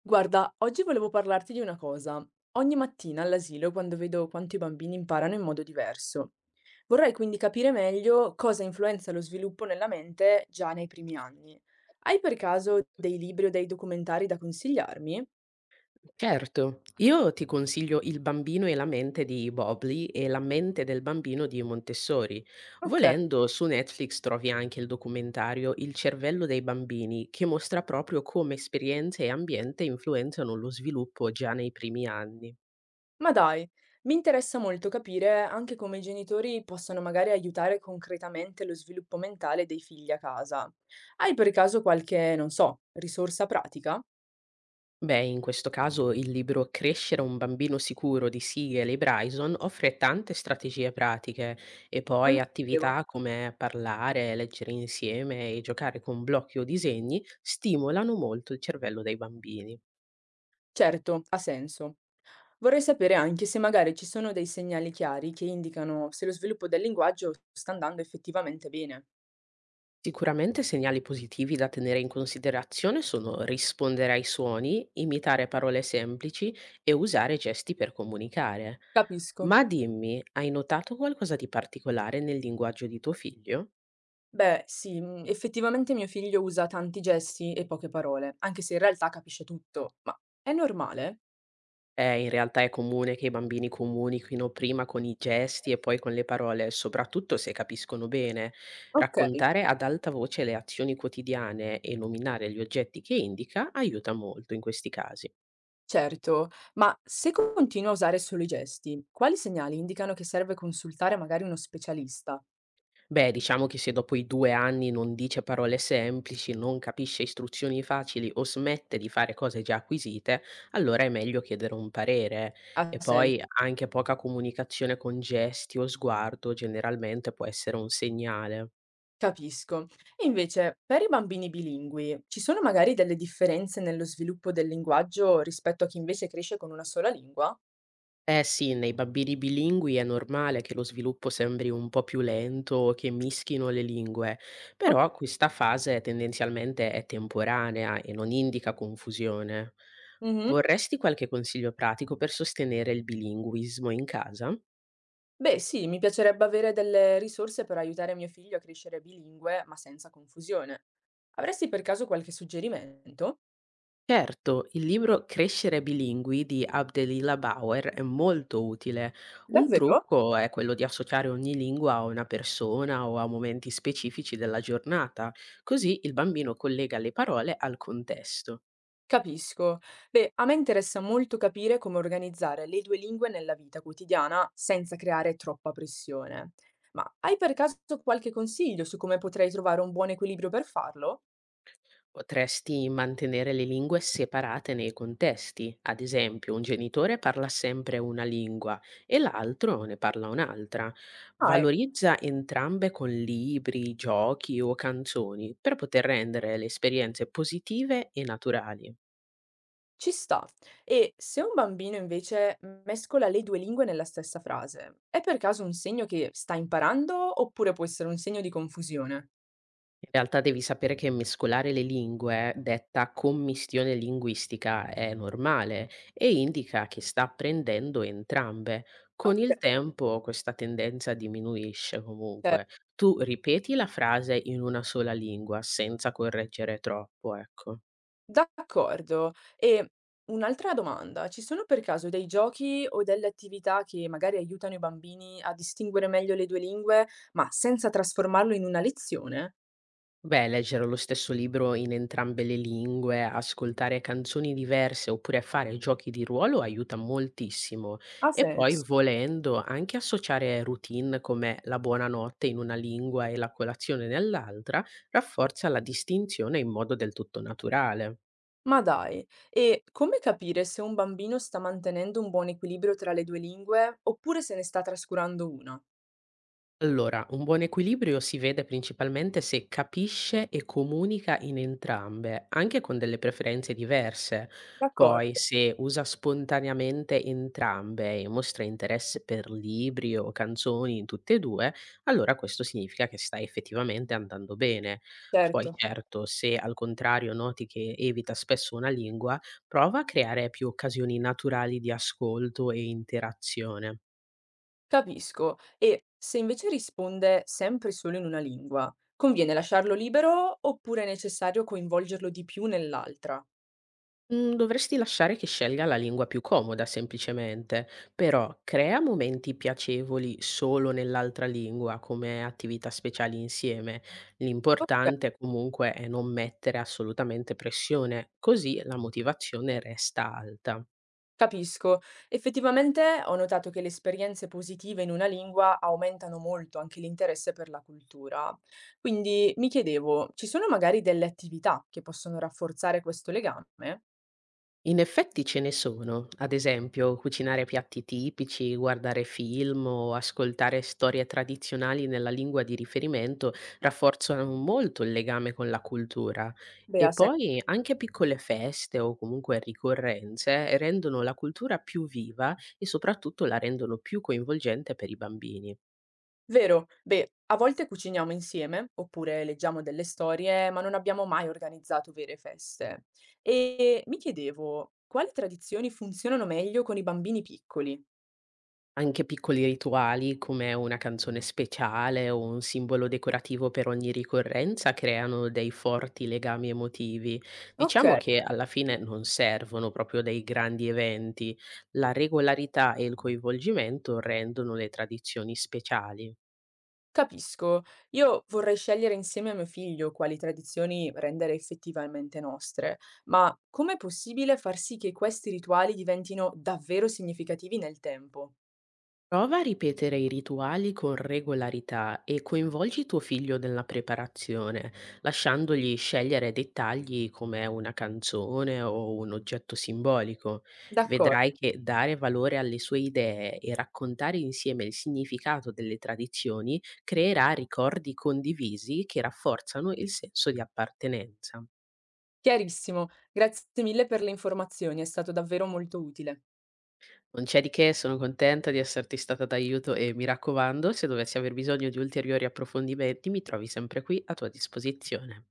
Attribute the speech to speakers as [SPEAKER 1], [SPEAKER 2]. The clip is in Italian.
[SPEAKER 1] Guarda, oggi volevo parlarti di una cosa. Ogni mattina all'asilo, quando vedo quanto i bambini imparano in modo diverso, vorrei quindi capire meglio cosa influenza lo sviluppo nella mente già nei primi anni. Hai per caso dei libri o dei documentari da consigliarmi?
[SPEAKER 2] Certo, io ti consiglio Il bambino e la mente di Bobley e La mente del bambino di Montessori.
[SPEAKER 1] Ok,
[SPEAKER 2] Volendo, su Netflix trovi anche il documentario Il cervello dei bambini, che mostra proprio come esperienze e ambiente influenzano lo sviluppo già nei primi anni.
[SPEAKER 1] ma dai, mi interessa molto capire anche come i genitori possano magari aiutare concretamente lo sviluppo mentale dei figli a casa. Hai per caso qualche, non so, risorsa pratica?
[SPEAKER 2] Beh, in questo caso il libro Crescere un bambino sicuro di Siegel e Bryson offre tante strategie pratiche e
[SPEAKER 1] Non
[SPEAKER 2] poi
[SPEAKER 1] lo sapevo.
[SPEAKER 2] attività come parlare, leggere insieme e giocare con blocchi o disegni stimolano molto il cervello dei bambini.
[SPEAKER 1] Certo, ha senso. Vorrei sapere anche se magari ci sono dei segnali chiari che indicano se lo sviluppo del linguaggio sta andando effettivamente bene.
[SPEAKER 2] Sicuramente segnali positivi da tenere in considerazione sono rispondere ai suoni, imitare parole semplici e usare gesti per comunicare.
[SPEAKER 1] Capisco.
[SPEAKER 2] Ma dimmi, hai notato qualcosa di particolare nel linguaggio di tuo figlio?
[SPEAKER 1] Beh, sì, effettivamente mio figlio usa tanti gesti e poche parole, anche se in realtà capisce tutto. Ma è normale?
[SPEAKER 2] In realtà è comune che i bambini comunichino prima con i gesti e poi con le parole, soprattutto se capiscono bene.
[SPEAKER 1] Ok,
[SPEAKER 2] Raccontare ad alta voce le azioni quotidiane e nominare gli oggetti che indica aiuta molto in questi casi.
[SPEAKER 1] certo. Ma se continua a usare solo i gesti, quali segnali indicano che serve consultare magari uno specialista?
[SPEAKER 2] Beh, diciamo che se dopo i 2 anni non dice parole semplici, non capisce istruzioni facili o smette di fare cose già acquisite, allora è meglio chiedere un parere. E
[SPEAKER 1] Ha senso.
[SPEAKER 2] poi anche poca comunicazione con gesti o sguardo generalmente può essere un segnale.
[SPEAKER 1] Capisco. E invece, per i bambini bilingui, ci sono magari delle differenze nello sviluppo del linguaggio rispetto a chi invece cresce con una sola lingua?
[SPEAKER 2] Eh sì, nei bambini bilingui è normale che lo sviluppo sembri un po' più lento o che mischino le lingue,
[SPEAKER 1] Ok.
[SPEAKER 2] però questa fase tendenzialmente è temporanea e non indica confusione.
[SPEAKER 1] Mhm.
[SPEAKER 2] Vorresti qualche consiglio pratico per sostenere il bilinguismo in casa?
[SPEAKER 1] Beh, sì, mi piacerebbe avere delle risorse per aiutare mio figlio a crescere bilingue, ma senza confusione. Avresti per caso qualche suggerimento?
[SPEAKER 2] Certo, il libro Crescere bilingui di Abdelilah Bauer è molto utile. Un
[SPEAKER 1] Davvero?
[SPEAKER 2] trucco è quello di associare ogni lingua a una persona o a momenti specifici della giornata, così il bambino collega le parole al contesto.
[SPEAKER 1] Capisco. Beh, a me interessa molto capire come organizzare le due lingue nella vita quotidiana senza creare troppa pressione. Ma hai per caso qualche consiglio su come potrei trovare un buon equilibrio per farlo?
[SPEAKER 2] Potresti mantenere le lingue separate nei contesti, ad esempio un genitore parla sempre una lingua e l'altro ne parla un'altra.
[SPEAKER 1] Ah, ecco,
[SPEAKER 2] Valorizza entrambe con libri, giochi o canzoni per poter rendere le esperienze positive e naturali.
[SPEAKER 1] ci sta. E se un bambino invece mescola le due lingue nella stessa frase, è per caso un segno che sta imparando oppure può essere un segno di confusione?
[SPEAKER 2] In realtà devi sapere che mescolare le lingue, detta commistione linguistica, è normale e indica che sta apprendendo entrambe. Con
[SPEAKER 1] Ok,
[SPEAKER 2] il tempo questa tendenza diminuisce comunque. Tu ripeti la frase in una sola lingua senza correggere troppo, ecco.
[SPEAKER 1] d'accordo. E un'altra domanda, ci sono per caso dei giochi o delle attività che magari aiutano i bambini a distinguere meglio le due lingue, ma senza trasformarlo in una lezione?
[SPEAKER 2] Beh, leggere lo stesso libro in entrambe le lingue, ascoltare canzoni diverse oppure fare giochi di ruolo aiuta moltissimo.
[SPEAKER 1] Ha
[SPEAKER 2] E poi,
[SPEAKER 1] senso.
[SPEAKER 2] volendo, anche associare routine come la buonanotte in una lingua e la colazione nell'altra rafforza la distinzione in modo del tutto naturale.
[SPEAKER 1] Ma dai, e come capire se un bambino sta mantenendo un buon equilibrio tra le due lingue oppure se ne sta trascurando una?
[SPEAKER 2] Allora, un buon equilibrio si vede principalmente se capisce e comunica in entrambe, anche con delle preferenze diverse. Poi,
[SPEAKER 1] D'accordo,
[SPEAKER 2] se usa spontaneamente entrambe e mostra interesse per libri o canzoni in tutte e due, allora questo significa che sta effettivamente andando bene. Poi,
[SPEAKER 1] certo.
[SPEAKER 2] certo, se al contrario noti che evita spesso una lingua, prova a creare più occasioni naturali di ascolto e interazione.
[SPEAKER 1] Capisco. E se invece risponde sempre solo in una lingua, conviene lasciarlo libero oppure è necessario coinvolgerlo di più nell'altra?
[SPEAKER 2] Mhmm, Dovresti lasciare che scelga la lingua più comoda semplicemente, però crea momenti piacevoli solo nell'altra lingua come attività speciali insieme.
[SPEAKER 1] Ok,
[SPEAKER 2] L'importante comunque è non mettere assolutamente pressione, così la motivazione resta alta.
[SPEAKER 1] capisco. Effettivamente ho notato che le esperienze positive in una lingua aumentano molto anche l'interesse per la cultura. Quindi mi chiedevo, ci sono magari delle attività che possono rafforzare questo legame?
[SPEAKER 2] In effetti ce ne sono, ad esempio cucinare piatti tipici, guardare film o ascoltare storie tradizionali nella lingua di riferimento rafforzano molto il legame con la cultura
[SPEAKER 1] Beh,
[SPEAKER 2] e
[SPEAKER 1] ha senso.
[SPEAKER 2] poi anche piccole feste o comunque ricorrenze rendono la cultura più viva e soprattutto la rendono più coinvolgente per i bambini.
[SPEAKER 1] Vero. Beh, a volte cuciniamo insieme, oppure leggiamo delle storie, ma non abbiamo mai organizzato vere feste. E mi chiedevo, quali tradizioni funzionano meglio con i bambini piccoli?
[SPEAKER 2] Anche piccoli rituali come una canzone speciale o un simbolo decorativo per ogni ricorrenza creano dei forti legami emotivi.
[SPEAKER 1] Ok,
[SPEAKER 2] Diciamo che alla fine non servono proprio dei grandi eventi, la regolarità e il coinvolgimento rendono le tradizioni speciali.
[SPEAKER 1] capisco. Io vorrei scegliere insieme a mio figlio quali tradizioni rendere effettivamente nostre, ma com'è possibile far sì che questi rituali diventino davvero significativi nel tempo?
[SPEAKER 2] Prova a ripetere i rituali con regolarità e coinvolgi tuo figlio nella preparazione, lasciandogli scegliere dettagli come una canzone o un oggetto simbolico. Vedrai
[SPEAKER 1] D'accordo,
[SPEAKER 2] che dare valore alle sue idee e raccontare insieme il significato delle tradizioni creerà ricordi condivisi che rafforzano il senso di appartenenza.
[SPEAKER 1] chiarissimo. Grazie mille per le informazioni, è stato davvero molto utile.
[SPEAKER 2] Non c'è di che, sono contenta di esserti stata d'aiuto e mi raccomando, se dovessi aver bisogno di ulteriori approfondimenti, mi trovi sempre qui a tua disposizione.